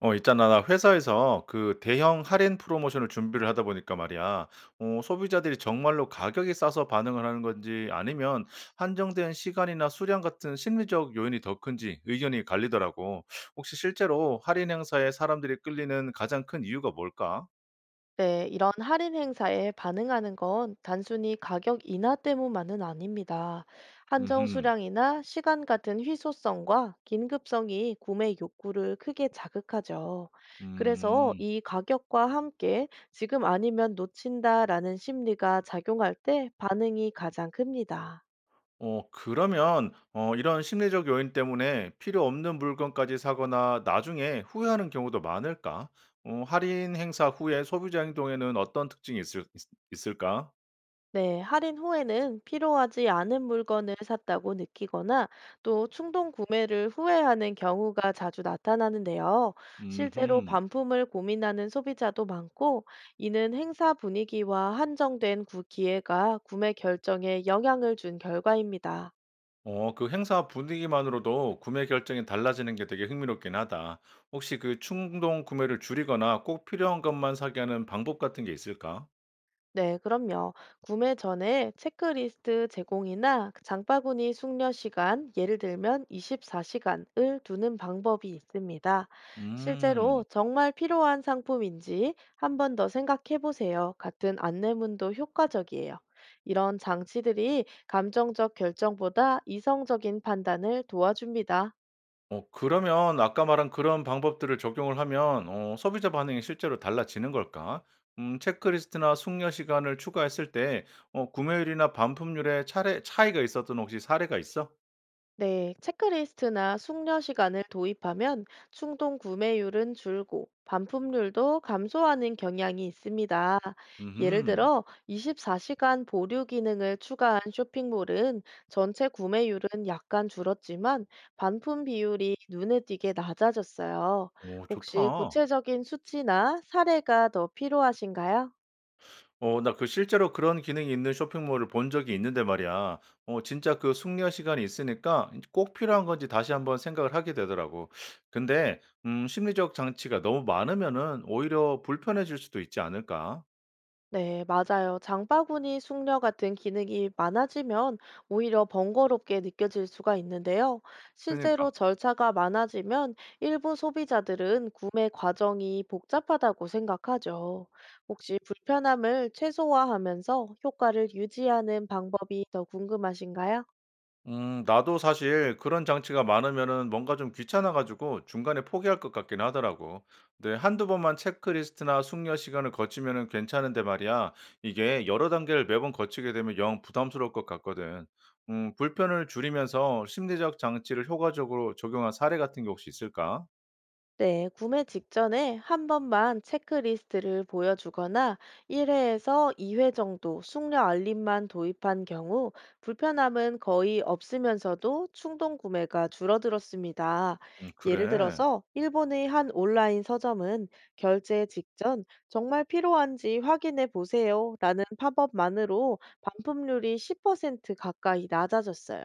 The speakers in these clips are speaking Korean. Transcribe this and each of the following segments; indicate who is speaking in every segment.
Speaker 1: 있잖아. 나 회사에서 그 대형 할인 프로모션을 준비를 하다 보니까 말이야. 소비자들이 정말로 가격이 싸서 반응을 하는 건지 아니면 한정된 시간이나 수량 같은 심리적 요인이 더 큰지 의견이 갈리더라고. 혹시 실제로 할인 행사에 사람들이 끌리는 가장 큰 이유가 뭘까?
Speaker 2: 네, 이런 할인 행사에 반응하는 건 단순히 가격 인하 때문만은 아닙니다. 한정
Speaker 1: 음흠.
Speaker 2: 수량이나 시간 같은 희소성과 긴급성이 구매 욕구를 크게 자극하죠. 그래서
Speaker 1: 음.
Speaker 2: 이 가격과 함께 지금 아니면 놓친다라는 심리가 작용할 때 반응이 가장 큽니다.
Speaker 1: 그러면, 이런 심리적 요인 때문에 필요 없는 물건까지 사거나 나중에 후회하는 경우도 많을까? 할인 행사 후에 소비자 행동에는 어떤 특징이 있을, 까
Speaker 2: 네, 할인 후에는 필요하지 않은 물건을 샀다고 느끼거나 또 충동 구매를 후회하는 경우가 자주 나타나는데요. 실제로
Speaker 1: 음.
Speaker 2: 반품을 고민하는 소비자도 많고, 이는 행사 분위기와 한정된 구 기회가 구매 결정에 영향을 준 결과입니다.
Speaker 1: 그 행사 분위기만으로도 구매 결정이 달라지는 게 되게 흥미롭긴 하다. 혹시 그 충동 구매를 줄이거나 꼭 필요한 것만 사게 하는 방법 같은 게 있을까?
Speaker 2: 네, 그럼요. 구매 전에 체크리스트 제공이나 그 장바구니 숙려 시간, 예를 들면 24시간을 두는 방법이 있습니다. 실제로
Speaker 1: 음.
Speaker 2: 정말 필요한 상품인지 한 번 더 생각해 보세요. 같은 안내문도 효과적이에요. 이런 장치들이 감정적 결정보다 이성적인 판단을 도와줍니다.
Speaker 1: 그러면 아까 말한 그런 방법들을 적용을 하면 소비자 반응이 실제로 달라지는 걸까? 음, 체크리스트나 숙려 시간을 추가했을 때 구매율이나 반품률에 차례 차이가 있었던 혹시 사례가 있어?
Speaker 2: 네, 체크리스트나 숙려 시간을 도입하면 충동 구매율은 줄고 반품률도 감소하는 경향이 있습니다. 예를
Speaker 1: 음.
Speaker 2: 들어 24시간 보류 기능을 추가한 쇼핑몰은 전체 구매율은 약간 줄었지만 반품 비율이 눈에 띄게 낮아졌어요.
Speaker 1: 오,
Speaker 2: 혹시
Speaker 1: 좋다.
Speaker 2: 구체적인 수치나 사례가 더 필요하신가요?
Speaker 1: 나 그 실제로 그런 기능이 있는 쇼핑몰을 본 적이 있는데 말이야. 진짜 그 숙려 시간이 있으니까 꼭 필요한 건지 다시 한번 생각을 하게 되더라고. 근데 음, 심리적 장치가 너무 많으면은 오히려 불편해질 수도 있지 않을까?
Speaker 2: 네, 맞아요. 장바구니 숙려 같은 기능이 많아지면 오히려 번거롭게 느껴질 수가 있는데요. 실제로
Speaker 1: 그니까.
Speaker 2: 절차가 많아지면 일부 소비자들은 구매 과정이 복잡하다고 생각하죠. 혹시 불편함을 최소화하면서 효과를 유지하는 방법이 더 궁금하신가요?
Speaker 1: 음, 나도 사실 그런 장치가 많으면은 뭔가 좀 귀찮아 가지고 중간에 포기할 것 같긴 하더라고. 근데 한두 번만 체크리스트나 숙려 시간을 거치면은 괜찮은데 말이야. 이게 여러 단계를 매번 거치게 되면 영 부담스러울 것 같거든. 음, 불편을 줄이면서 심리적 장치를 효과적으로 적용한 사례 같은 게 혹시 있을까?
Speaker 2: 네, 구매 직전에 한 번만 체크리스트를 보여주거나 1회에서 2회 정도 숙려 알림만 도입한 경우 불편함은 거의 없으면서도 충동 구매가 줄어들었습니다.
Speaker 1: 음,
Speaker 2: 예를
Speaker 1: 그래.
Speaker 2: 들어서 일본의 한 온라인 서점은 결제 직전 정말 필요한지 확인해 보세요라는 팝업만으로 반품률이 10% 가까이 낮아졌어요.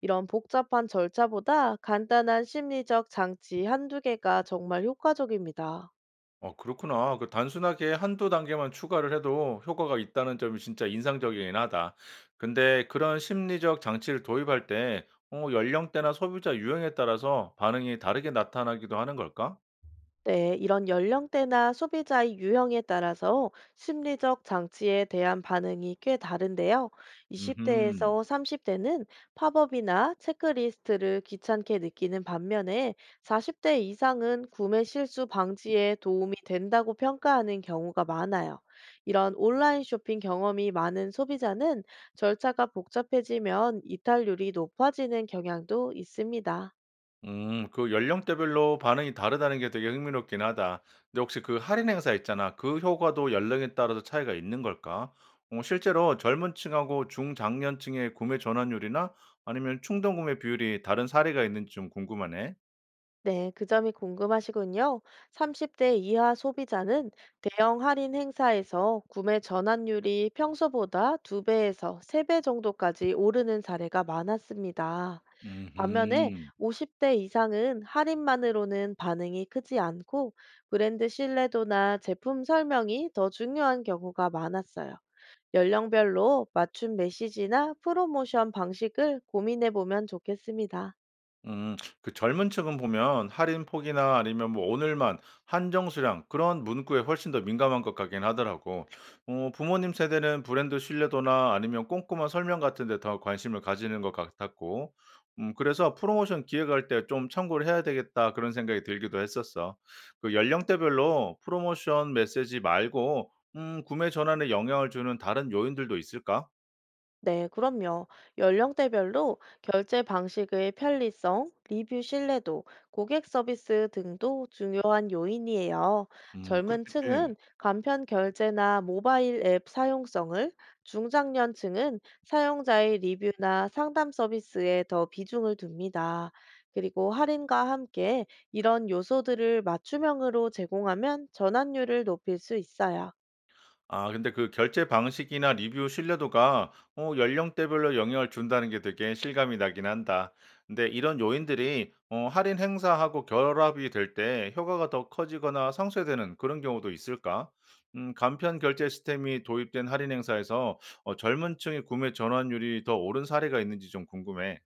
Speaker 2: 이런 복잡한 절차보다 간단한 심리적 장치 한두 개가 정말 효과적입니다.
Speaker 1: 그렇구나. 그 단순하게 한두 단계만 추가를 해도 효과가 있다는 점이 진짜 인상적이긴 하다. 근데 그런 심리적 장치를 도입할 때 연령대나 소비자 유형에 따라서 반응이 다르게 나타나기도 하는 걸까?
Speaker 2: 네, 이런 연령대나 소비자의 유형에 따라서 심리적 장치에 대한 반응이 꽤 다른데요.
Speaker 1: 음.
Speaker 2: 20대에서 30대는 팝업이나 체크리스트를 귀찮게 느끼는 반면에 40대 이상은 구매 실수 방지에 도움이 된다고 평가하는 경우가 많아요. 이런 온라인 쇼핑 경험이 많은 소비자는 절차가 복잡해지면 이탈률이 높아지는 경향도 있습니다.
Speaker 1: 음, 그 연령대별로 반응이 다르다는 게 되게 흥미롭긴 하다. 근데 혹시 그 할인 행사 있잖아. 그 효과도 연령에 따라서 차이가 있는 걸까? 실제로 젊은 층하고 중장년층의 구매 전환율이나 아니면 충동 구매 비율이 다른 사례가 있는지 좀 궁금하네.
Speaker 2: 네, 그 점이 궁금하시군요. 30대 이하 소비자는 대형 할인 행사에서 구매 전환율이 평소보다 2배에서 3배 정도까지 오르는 사례가 많았습니다. 반면에
Speaker 1: 음음.
Speaker 2: 50대 이상은 할인만으로는 반응이 크지 않고 브랜드 신뢰도나 제품 설명이 더 중요한 경우가 많았어요. 연령별로 맞춤 메시지나 프로모션 방식을 고민해 보면 좋겠습니다.
Speaker 1: 음. 그 젊은 층은 보면 할인 폭이나 아니면 뭐 "오늘만", "한정 수량" 그런 문구에 훨씬 더 민감한 것 같긴 하더라고. 부모님 세대는 브랜드 신뢰도나 아니면 꼼꼼한 설명 같은 데 더 관심을 가지는 것 같았고, 음, 그래서 '프로모션 기획할 때 좀 참고를 해야 되겠다.' 그런 생각이 들기도 했었어. 그 연령대별로 프로모션 메시지 말고 음, 구매 전환에 영향을 주는 다른 요인들도 있을까?
Speaker 2: 네, 그럼요. 연령대별로 결제 방식의 편리성, 리뷰 신뢰도, 고객 서비스 등도 중요한 요인이에요.
Speaker 1: 음,
Speaker 2: 젊은
Speaker 1: 그렇겠지.
Speaker 2: 층은 간편 결제나 모바일 앱 사용성을, 중장년층은 사용자의 리뷰나 상담 서비스에 더 비중을 둡니다. 그리고 할인과 함께 이런 요소들을 맞춤형으로 제공하면 전환율을 높일 수 있어요.
Speaker 1: 아 근데 그 결제 방식이나 리뷰 신뢰도가 연령대별로 영향을 준다는 게 되게 실감이 나긴 한다. 근데 이런 요인들이 할인 행사하고 결합이 될 때 효과가 더 커지거나 상쇄되는 그런 경우도 있을까? 음, 간편 결제 시스템이 도입된 할인 행사에서 젊은 층의 구매 전환율이 더 오른 사례가 있는지 좀 궁금해.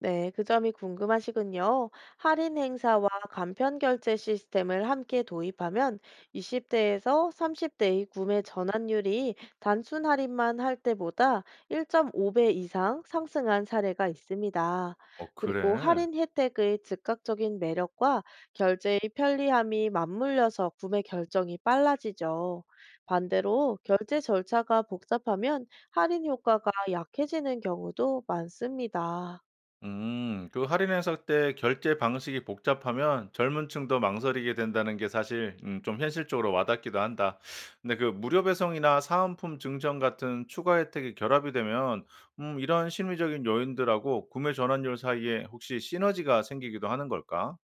Speaker 2: 네, 그 점이 궁금하시군요. 할인 행사와 간편 결제 시스템을 함께 도입하면 20대에서 30대의 구매 전환율이 단순 할인만 할 때보다 1.5배 이상 상승한 사례가 있습니다. 그리고
Speaker 1: 그래?
Speaker 2: 할인 혜택의 즉각적인 매력과 결제의 편리함이 맞물려서 구매 결정이 빨라지죠. 반대로 결제 절차가 복잡하면 할인 효과가 약해지는 경우도 많습니다.
Speaker 1: 그 할인 행사 때 결제 방식이 복잡하면 젊은 층도 망설이게 된다는 게 사실 좀 현실적으로 와닿기도 한다. 근데 그 무료 배송이나 사은품 증정 같은 추가 혜택이 결합이 되면 이런 심리적인 요인들하고 구매 전환율 사이에 혹시 시너지가 생기기도 하는 걸까?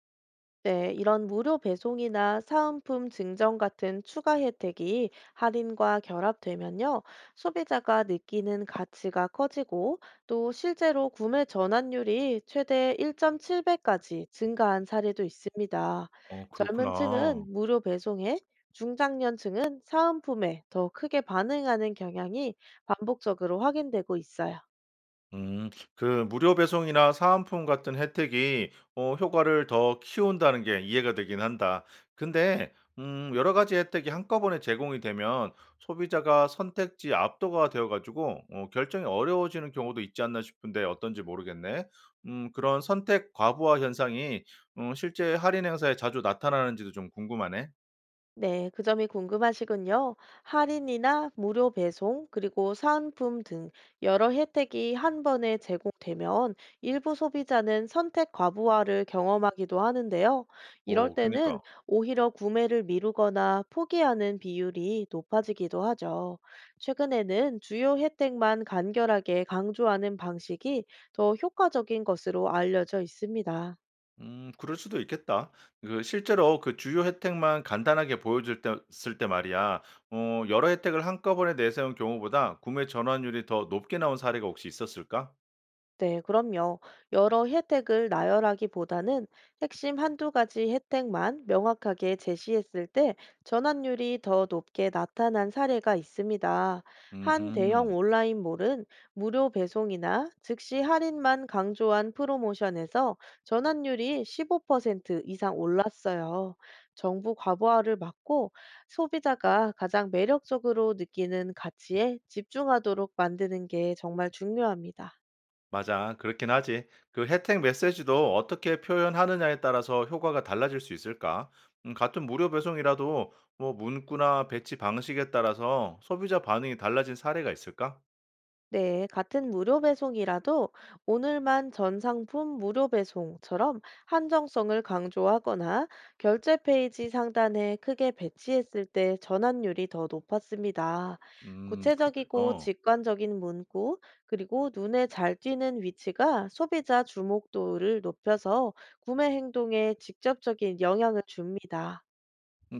Speaker 2: 네, 이런 무료 배송이나 사은품 증정 같은 추가 혜택이 할인과 결합되면요, 소비자가 느끼는 가치가 커지고 또 실제로 구매 전환율이 최대 1.7배까지 증가한 사례도 있습니다.
Speaker 1: 어,
Speaker 2: 젊은
Speaker 1: 그렇구나.
Speaker 2: 층은 무료 배송에, 중장년층은 사은품에 더 크게 반응하는 경향이 반복적으로 확인되고 있어요.
Speaker 1: 음. 그 무료 배송이나 사은품 같은 혜택이 효과를 더 키운다는 게 이해가 되긴 한다. 근데 음, 여러 가지 혜택이 한꺼번에 제공이 되면 소비자가 선택지 압도가 되어 가지고 결정이 어려워지는 경우도 있지 않나 싶은데 어떤지 모르겠네. 음, 그런 선택 과부하 현상이 실제 할인 행사에 자주 나타나는지도 좀 궁금하네.
Speaker 2: 네, 그 점이 궁금하시군요. 할인이나 무료 배송, 그리고 사은품 등 여러 혜택이 한 번에 제공되면 일부 소비자는 선택 과부하를 경험하기도 하는데요. 이럴
Speaker 1: 오,
Speaker 2: 때는
Speaker 1: 그니까.
Speaker 2: 오히려 구매를 미루거나 포기하는 비율이 높아지기도 하죠. 최근에는 주요 혜택만 간결하게 강조하는 방식이 더 효과적인 것으로 알려져 있습니다.
Speaker 1: 음, 그럴 수도 있겠다. 그 실제로 그 주요 혜택만 간단하게 보여줄 때 쓸 때 말이야. 여러 혜택을 한꺼번에 내세운 경우보다 구매 전환율이 더 높게 나온 사례가 혹시 있었을까?
Speaker 2: 네, 그럼요. 여러 혜택을 나열하기보다는 핵심 한두 가지 혜택만 명확하게 제시했을 때 전환율이 더 높게 나타난 사례가 있습니다. 한 대형
Speaker 1: 음.
Speaker 2: 온라인몰은 무료 배송이나 즉시 할인만 강조한 프로모션에서 전환율이 15% 이상 올랐어요. 정부 과부하를 막고 소비자가 가장 매력적으로 느끼는 가치에 집중하도록 만드는 게 정말 중요합니다.
Speaker 1: 맞아. 그렇긴 하지. 그 혜택 메시지도 어떻게 표현하느냐에 따라서 효과가 달라질 수 있을까? 음, 같은 무료 배송이라도 뭐 문구나 배치 방식에 따라서 소비자 반응이 달라진 사례가 있을까?
Speaker 2: 네, 같은 무료 배송이라도 오늘만 전 상품 무료 배송처럼 한정성을 강조하거나 결제 페이지 상단에 크게 배치했을 때 전환율이 더 높았습니다.
Speaker 1: 음,
Speaker 2: 구체적이고
Speaker 1: 그렇겠다.
Speaker 2: 직관적인 문구, 그리고 눈에 잘 띄는 위치가 소비자 주목도를 높여서 구매 행동에 직접적인 영향을 줍니다.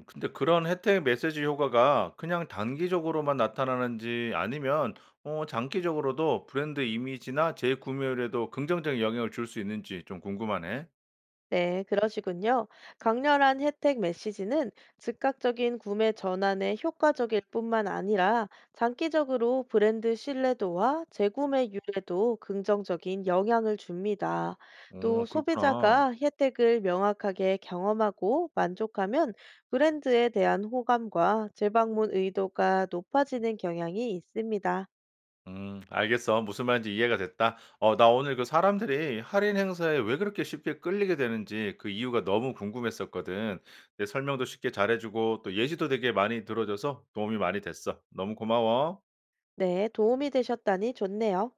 Speaker 1: 근데 그런 혜택 메시지 효과가 그냥 단기적으로만 나타나는지 아니면 장기적으로도 브랜드 이미지나 재구매율에도 긍정적인 영향을 줄 수 있는지 좀 궁금하네.
Speaker 2: 네, 그러시군요. 강렬한 혜택 메시지는 즉각적인 구매 전환에 효과적일 뿐만 아니라 장기적으로 브랜드 신뢰도와 재구매율에도 긍정적인 영향을 줍니다.
Speaker 1: 오,
Speaker 2: 또
Speaker 1: 그렇구나.
Speaker 2: 소비자가 혜택을 명확하게 경험하고 만족하면 브랜드에 대한 호감과 재방문 의도가 높아지는 경향이 있습니다.
Speaker 1: 음, 알겠어. 무슨 말인지 이해가 됐다. 나 오늘 그 사람들이 할인 행사에 왜 그렇게 쉽게 끌리게 되는지 그 이유가 너무 궁금했었거든. 내 설명도 쉽게 잘해 주고 또 예시도 되게 많이 들어 줘서 도움이 많이 됐어. 너무 고마워.
Speaker 2: 네, 도움이 되셨다니 좋네요.